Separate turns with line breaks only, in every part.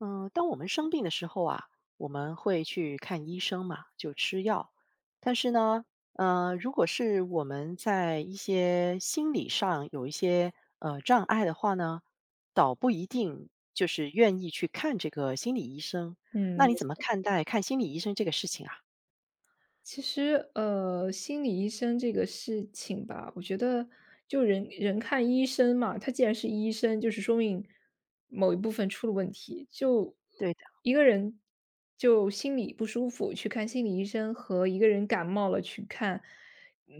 嗯，当我们生病的时候啊，我们会去看医生嘛，就吃药。但是呢，如果是我们在一些心理上有一些障碍的话呢，倒不一定就是愿意去看这个心理医生。
嗯，
那你
没
怎么
错。
看待看心理医生这个事情啊？
其实，心理医生这个事情吧，我觉得就人人看医生嘛，他既然是医生，就是说明某一部分出了问题。就
对
一个人就心里不舒服去看心理医生，和一个人感冒了去看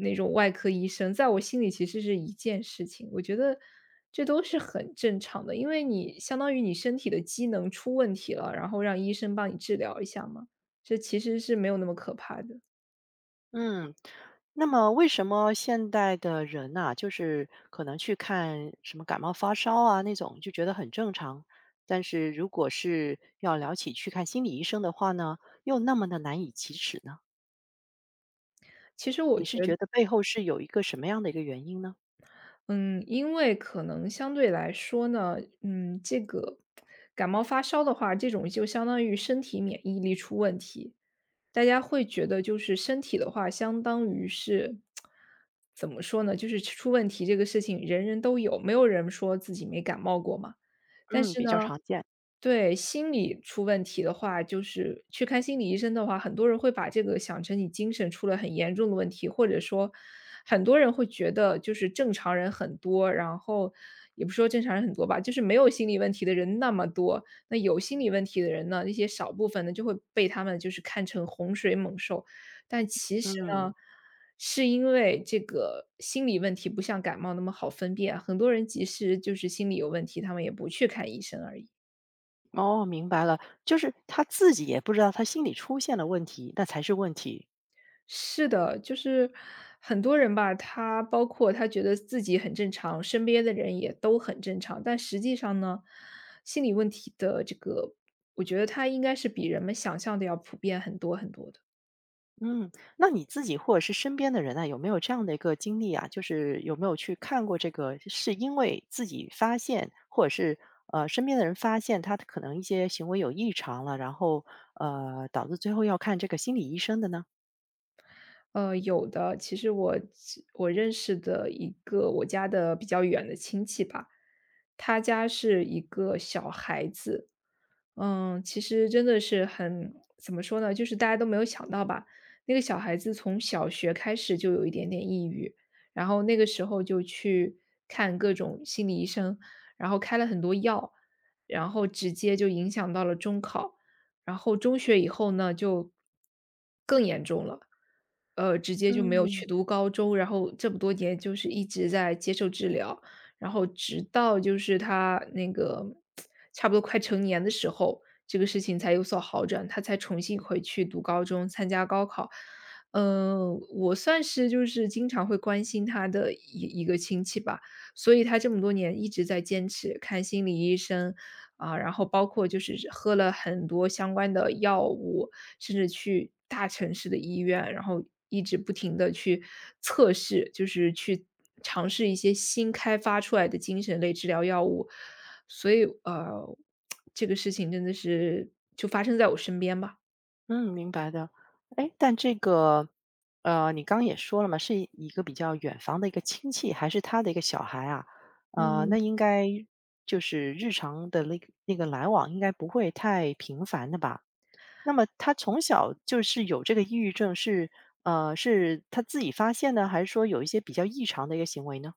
那种外科医生，在我心里其实是一件事情。我觉得这都是很正常的，因为你相当于你身体的机能出问题了，然后让医生帮你治疗一下嘛，这其实是没有那么可怕的。
嗯，那么为什么现代的人呐，就是可能去看什么感冒发烧啊那种，就觉得很正常，但是如果是要聊起去看心理医生的话呢，又那么的难以启齿呢？
其实我
你是
觉得，
觉得背后是有一个什么样的一个原因呢？
嗯，因为可能相对来说呢，这个感冒发烧的话，这种就相当于身体免疫力出问题。大家会觉得就是身体的话，相当于是怎么说呢？就是出问题这个事情，人人都有，没有人说自己没感冒过嘛。但
嗯，
是
比
呢
较常见。
对，心理出问题的话，就是去看心理医生的话，很多人会把这个想成你精神出了很严重的问题，或者说很多人会觉得就是正常人很多，然后也不说正常人很多吧，就是没有心理问题的人那么多，那有心理问题的人呢，那些少部分呢，就会被他们就是看成洪水猛兽。但其实呢，
嗯，
是因为这个心理问题不像感冒那么好分辨啊，很多人即使就是心理有问题，他们也不去看医生而已。
哦，明白了，就是他自己也不知道他心理出现了问题，那才是问题。
是的，就是很多人吧，他包括他觉得自己很正常，身边的人也都很正常，但实际上呢，心理问题的这个，我觉得他应该是比人们想象的要普遍很多很多的。
嗯，那你自己或者是身边的人啊，有没有这样的一个经历啊？就是有没有去看过这个，是因为自己发现，或者是身边的人发现他可能一些行为有异常了，然后导致最后要看这个心理医生的呢？
有的。其实我认识的一个我家的比较远的亲戚吧，他家是一个小孩子，其实真的是很怎么说呢，就是大家都没有想到吧，那个小孩子从小学开始就有一点点抑郁，然后那个时候就去看各种心理医生，然后开了很多药，然后直接就影响到了中考。然后中学以后呢，就更严重了，直接就没有
嗯
去读高中，然后这么多年就是一直在接受治疗，然后直到就是他那个差不多快成年的时候，这个事情才有所好转，他才重新回去读高中，参加高考。嗯，我算是就是经常会关心他的一个亲戚吧，所以他这么多年一直在坚持看心理医生，然后包括就是喝了很多相关的药物，甚至去大城市的医院，然后一直不停的去测试，就是去尝试一些新开发出来的精神类治疗药物。所以，这个事情真的是就发生在我身边吧。
嗯，明白的。哎，但这个你刚也说了嘛，是一个比较远房的一个亲戚，还是他的一个小孩啊？那
嗯。
应该就是日常的那个来往，应该不会太频繁的吧？那么他从小就是有这个抑郁症是，是他自己发现呢，还是说有一些比较异常的一个行为呢？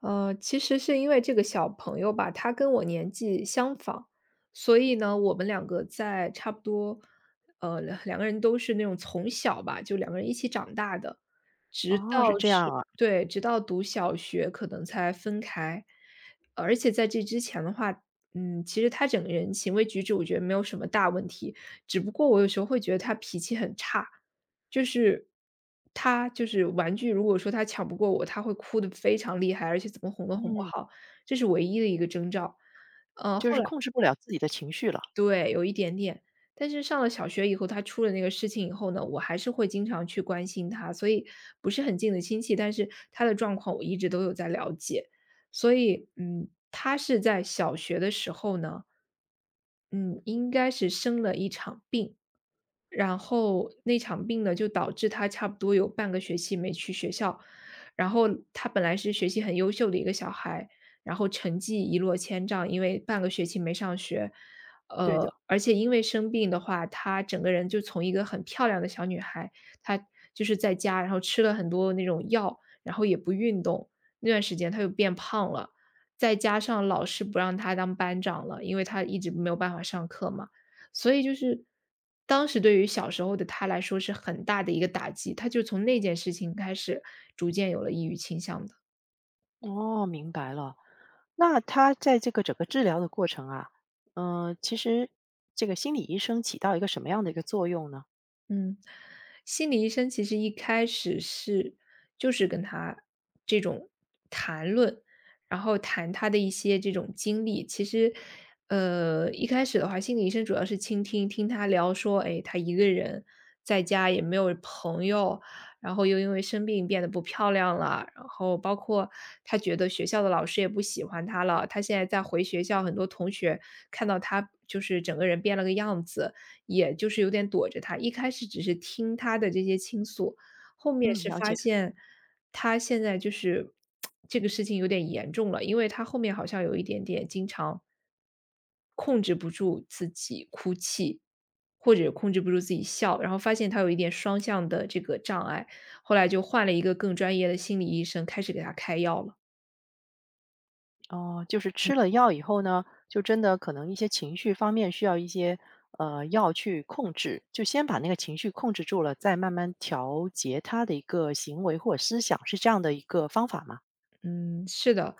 其实是因为这个小朋友吧，他跟我年纪相仿，所以呢，我们两个在差不多，两个人都是那种从小吧，就两个人一起长大的。直
哦，
到
是这样
是
啊，
对，直到读小学可能才分开。而且在这之前的话，其实他整个人行为举止我觉得没有什么大问题，只不过我有时候会觉得他脾气很差。就是他就是玩具，如果说他抢不过我，他会哭得非常厉害，而且怎么哄都哄不
嗯，
好，这是唯一的一个征兆。
就
后
是
来
控制不了自己的情绪了。
对，有一点点。但是上了小学以后，他出了那个事情以后呢，我还是会经常去关心他，所以不是很近的亲戚，但是他的状况我一直都有在了解。所以，他是在小学的时候呢，嗯，应该是生了一场病，然后那场病呢，就导致他差不多有半个学期没去学校。然后他本来是学习很优秀的一个小孩，然后成绩一落千丈，因为半个学期没上学。
对的，
而且因为生病的话，她整个人就从一个很漂亮的小女孩，她就是在家，然后吃了很多那种药，然后也不运动，那段时间她又变胖了。再加上老师不让她当班长了，因为她一直没有办法上课嘛。所以就是当时对于小时候的他来说是很大的一个打击，他就从那件事情开始逐渐有了抑郁倾向的。
哦，明白了。那他在这个整个治疗的过程啊，其实这个心理医生起到一个什么样的一个作用呢？
嗯，心理医生其实一开始是就是跟他这种谈论，然后谈他的一些这种经历。其实，一开始的话，心理医生主要是倾听，听他聊说，哎，他一个人在家也没有朋友，然后又因为生病变得不漂亮了，然后包括他觉得学校的老师也不喜欢他了，他现在在回学校，很多同学看到他就是整个人变了个样子，也就是有点躲着他。一开始只是听他的这些倾诉，后面
嗯，
是
了
发
解。
现他现在就是这个事情有点严重了，因为他后面好像有一点点经常控制不住自己哭泣，或者控制不住自己笑，然后发现他有一点双向的这个障碍，后来就换了一个更专业的心理医生，开始给他开药了。
哦，就是吃了药以后呢，就真的可能一些情绪方面需要一些药去控制，就先把那个情绪控制住了，再慢慢调节他的一个行为或者思想，是这样的一个方法吗？
嗯，是的，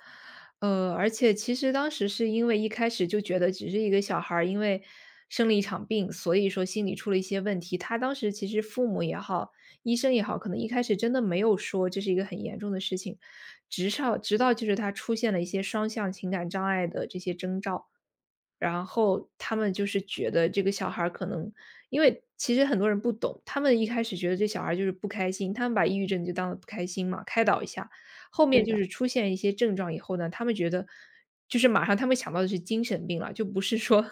而且其实当时是因为一开始就觉得只是一个小孩儿，因为生了一场病，所以说心理出了一些问题。他当时其实父母也好，医生也好，可能一开始真的没有说这是一个很严重的事情，直到就是他出现了一些双向情感障碍的这些征兆，然后他们就是觉得这个小孩儿可能因为其实很多人不懂，他们一开始觉得这小孩儿就是不开心，他们把抑郁症就当了不开心嘛，开导一下。后面
对
就
的，
是出现一些症状以后呢，他们觉得就是马上他们想到的是精神病了，就不是说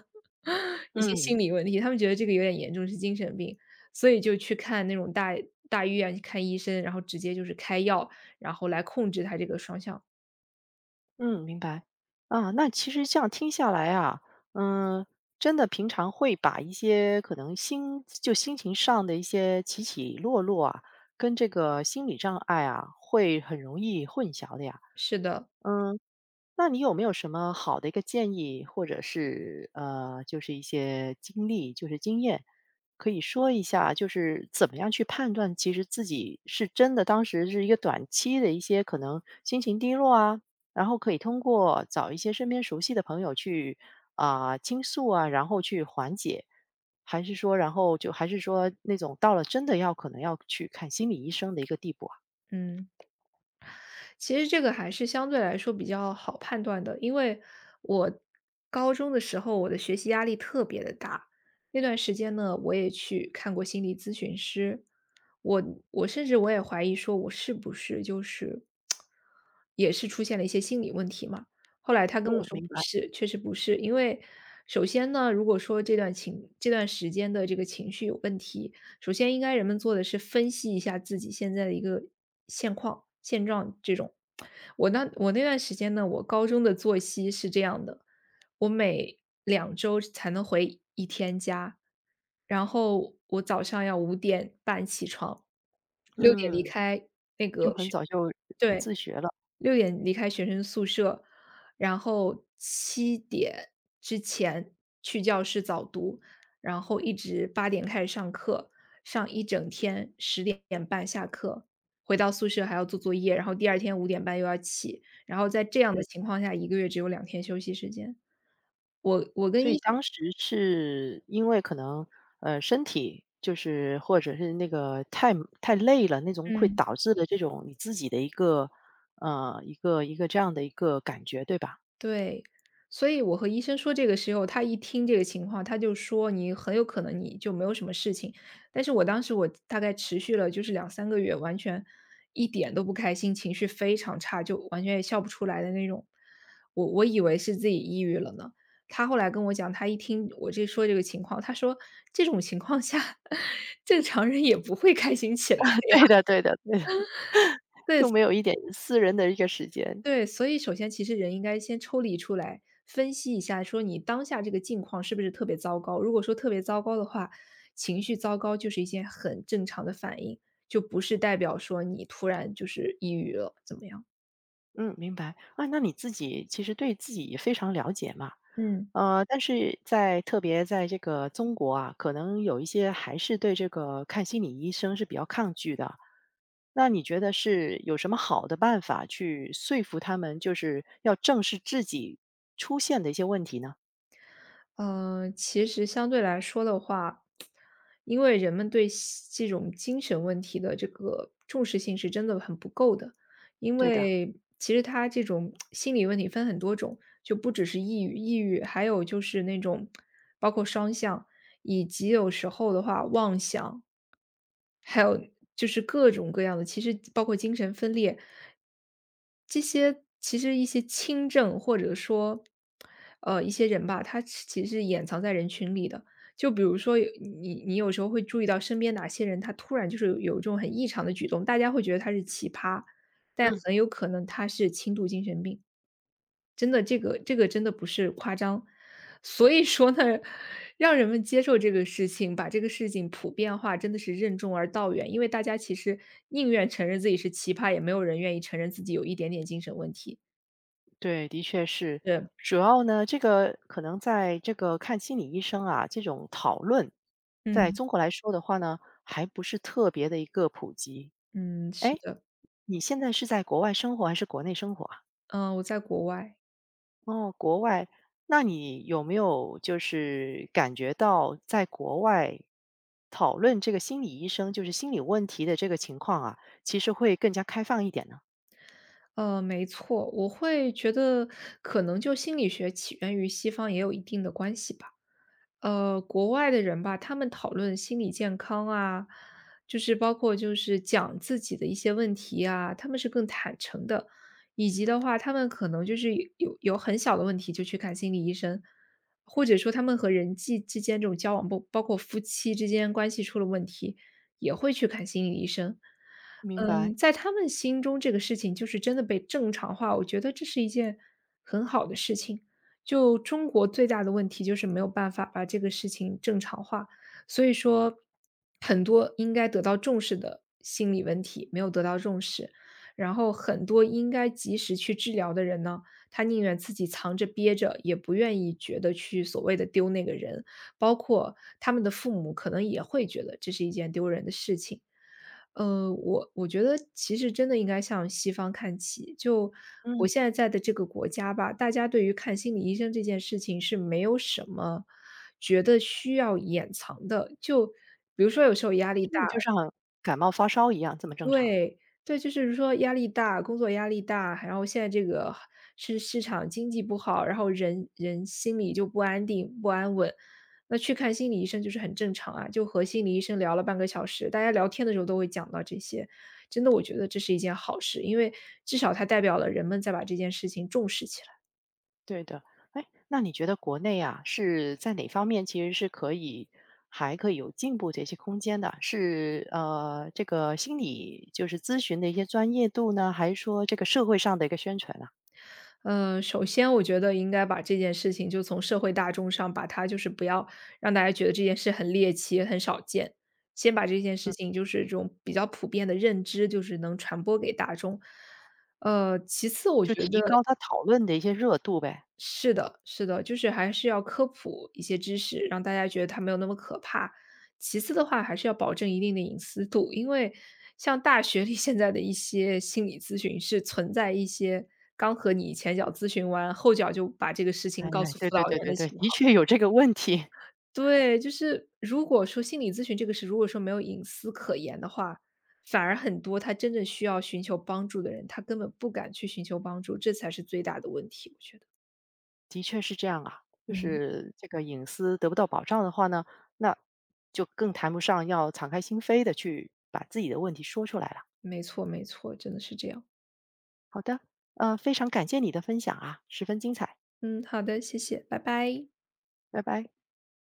一些
嗯
心理问题，他们觉得这个有点严重，是精神病，所以就去看那种大医院去看医生，然后直接就是开药，然后来控制他这个双向。
嗯，明白。啊，那其实这样听下来啊，嗯，真的平常会把一些可能心就心情上的一些起起落落啊，跟这个心理障碍啊，会很容易混淆的呀。
是的，
嗯，那你有没有什么好的一个建议，或者是就是一些经历，就是经验，可以说一下，就是怎么样去判断，其实自己是真的当时是一个短期的一些可能心情低落啊，然后可以通过找一些身边熟悉的朋友去啊、倾诉啊，然后去缓解，还是说，然后就还是说那种到了真的要可能要去看心理医生的一个地步啊？
嗯。其实这个还是相对来说比较好判断的，因为我高中的时候我的学习压力特别的大，那段时间呢，我也去看过心理咨询师，我我甚至我也怀疑说我是不是就是也是出现了一些心理问题嘛。后来他跟我
嗯，
说
明
不
白，
是，确实不是，因为首先呢，如果说这段时间的这个情绪有问题，首先应该人们做的是分析一下自己现在的一个现况、现状这种。我那段时间呢，我高中的作息是这样的，我每2周才能回一天家，然后我早上要五点半起床六点离
嗯，
开那
就
个
很
学
早就
对
自学了，
六点离开学生宿舍，然后7点之前去教室早读，然后一直8点开始上课，上一整天10点半下课，回到宿舍还要做作业，然后第二天五点半又要起，然后在这样的
对。
情况下一个月只有2天休息时间。我跟
所以
医生
当时是因为可能，身体就是或者是那个太累了，那种会
嗯。
导致的这种你自己的一个，一个这样的一个感觉，对吧？
对，所以我和医生说这个时候，他一听这个情况，他就说你很有可能你就没有什么事情。但是我当时我大概持续了就是两三个月，完全一点都不开心，情绪非常差，就完全也笑不出来的那种。我以为是自己抑郁了呢。他后来跟我讲，他一听我这说这个情况，他说这种情况下，正常人也不会开心起来。
对的对的对的，
对，
就没有一点私人的一个时间。
对，所以首先其实人应该先抽离出来，分析一下，说你当下这个境况是不是特别糟糕。如果说特别糟糕的话，情绪糟糕就是一件很正常的反应，就不是代表说你突然就是抑郁了，怎么样？
嗯，明白。啊，那你自己其实对自己也非常了解嘛。
嗯。
但是在特别在这个中国啊，可能有一些还是对这个看心理医生是比较抗拒的。那你觉得是有什么好的办法去说服他们，就是要正视自己出现的一些问题呢？
嗯，其实相对来说的话，因为人们对西这种精神问题的这个重视性是真的很不够的。因
对的，
为其实他这种心理问题分很多种，就不只是抑郁，抑郁还有就是那种包括双向，以及有时候的话妄想，还有就是各种各样的，其实包括精神分裂。这些其实一些轻症或者说，一些人吧，他其实是掩藏在人群里的。就比如说你有时候会注意到身边哪些人，他突然就是有这种很异常的举动，大家会觉得他是奇葩，但
嗯。
很有可能他是轻度精神病。真的，这个真的不是夸张。所以说呢，让人们接受这个事情，把这个事情普遍化，真的是任重而道远。因为大家其实宁愿承认自己是奇葩，也没有人愿意承认自己有一点点精神问题。
对，的确是。
对，
主要呢，这个可能在这个看心理医生啊，这种讨论，在
嗯，
中国来说的话呢，还不是特别的一个普及。
嗯，是
哎，
的，
你现在是在国外生活还是国内生活啊？
嗯，我在国外。
哦，国外，那你有没有就是感觉到在国外讨论这个心理医生，就是心理问题的这个情况啊，其实会更加开放一点呢？
没错，我会觉得可能就心理学起源于西方也有一定的关系吧。国外的人吧，他们讨论心理健康啊，就是包括就是讲自己的一些问题啊，他们是更坦诚的，以及的话，他们可能就是有很小的问题就去看心理医生，或者说他们和人际之间这种交往，包括夫妻之间关系出了问题，也会去看心理医生。
明白，
嗯，在他们心中这个事情就是真的被正常化，我觉得这是一件很好的事情。就中国最大的问题就是没有办法把这个事情正常化，所以说很多应该得到重视的心理问题没有得到重视，然后很多应该及时去治疗的人呢，他宁愿自己藏着憋着，也不愿意觉得去所谓的丢那个人，包括他们的父母可能也会觉得这是一件丢人的事情。我觉得其实真的应该向西方看齐。就我
嗯，
现在在的这个国家吧，大家对于看心理医生这件事情是没有什么觉得需要掩藏的。就比如说有时候压力
真
大，
的就像感冒发烧一样这么正常。
对，对，就是说压力大，工作压力大，然后现在这个是市场经济不好，然后人人心里就不安定、不安稳，那去看心理医生就是很正常啊，就和心理医生聊了半个小时，大家聊天的时候都会讲到这些，真的我觉得这是一件好事，因为至少它代表了人们在把这件事情重视起来。
对的，哎，那你觉得国内啊，是在哪方面其实是可以还可以有进步的一些空间的？是，这个心理就是咨询的一些专业度呢，还是说这个社会上的一个宣传啊，
首先我觉得应该把这件事情就从社会大众上把它就是不要让大家觉得这件事很猎奇、很少见，先把这件事情就是这种比较普遍的认知，就是能传播给大众。其次我
就
觉得
提高他讨论的一些热度呗？
是的，是的，就是还是要科普一些知识，让大家觉得它没有那么可怕。其次的话，还是要保证一定的隐私度，因为像大学里现在的一些心理咨询是存在一些刚和你前脚咨询完，后脚就把这个事
哎，
情告诉辅
对对
导
对
员
对
的
对，
情
的
况。
确有这个问题，
对，就是如果说心理咨询这个事，如果说没有隐私可言的话，反而很多他真正需要寻求帮助的人，他根本不敢去寻求帮助，这才是最大的问题，我觉得。
的确是这样啊。就
嗯。
是这个隐私得不到保障的话呢，那就更谈不上要敞开心扉的去把自己的问题说出来了。
没错没错，真的是这样。
好的，非常感谢你的分享啊，十分精彩，
嗯，好的，谢谢，拜拜。
拜拜。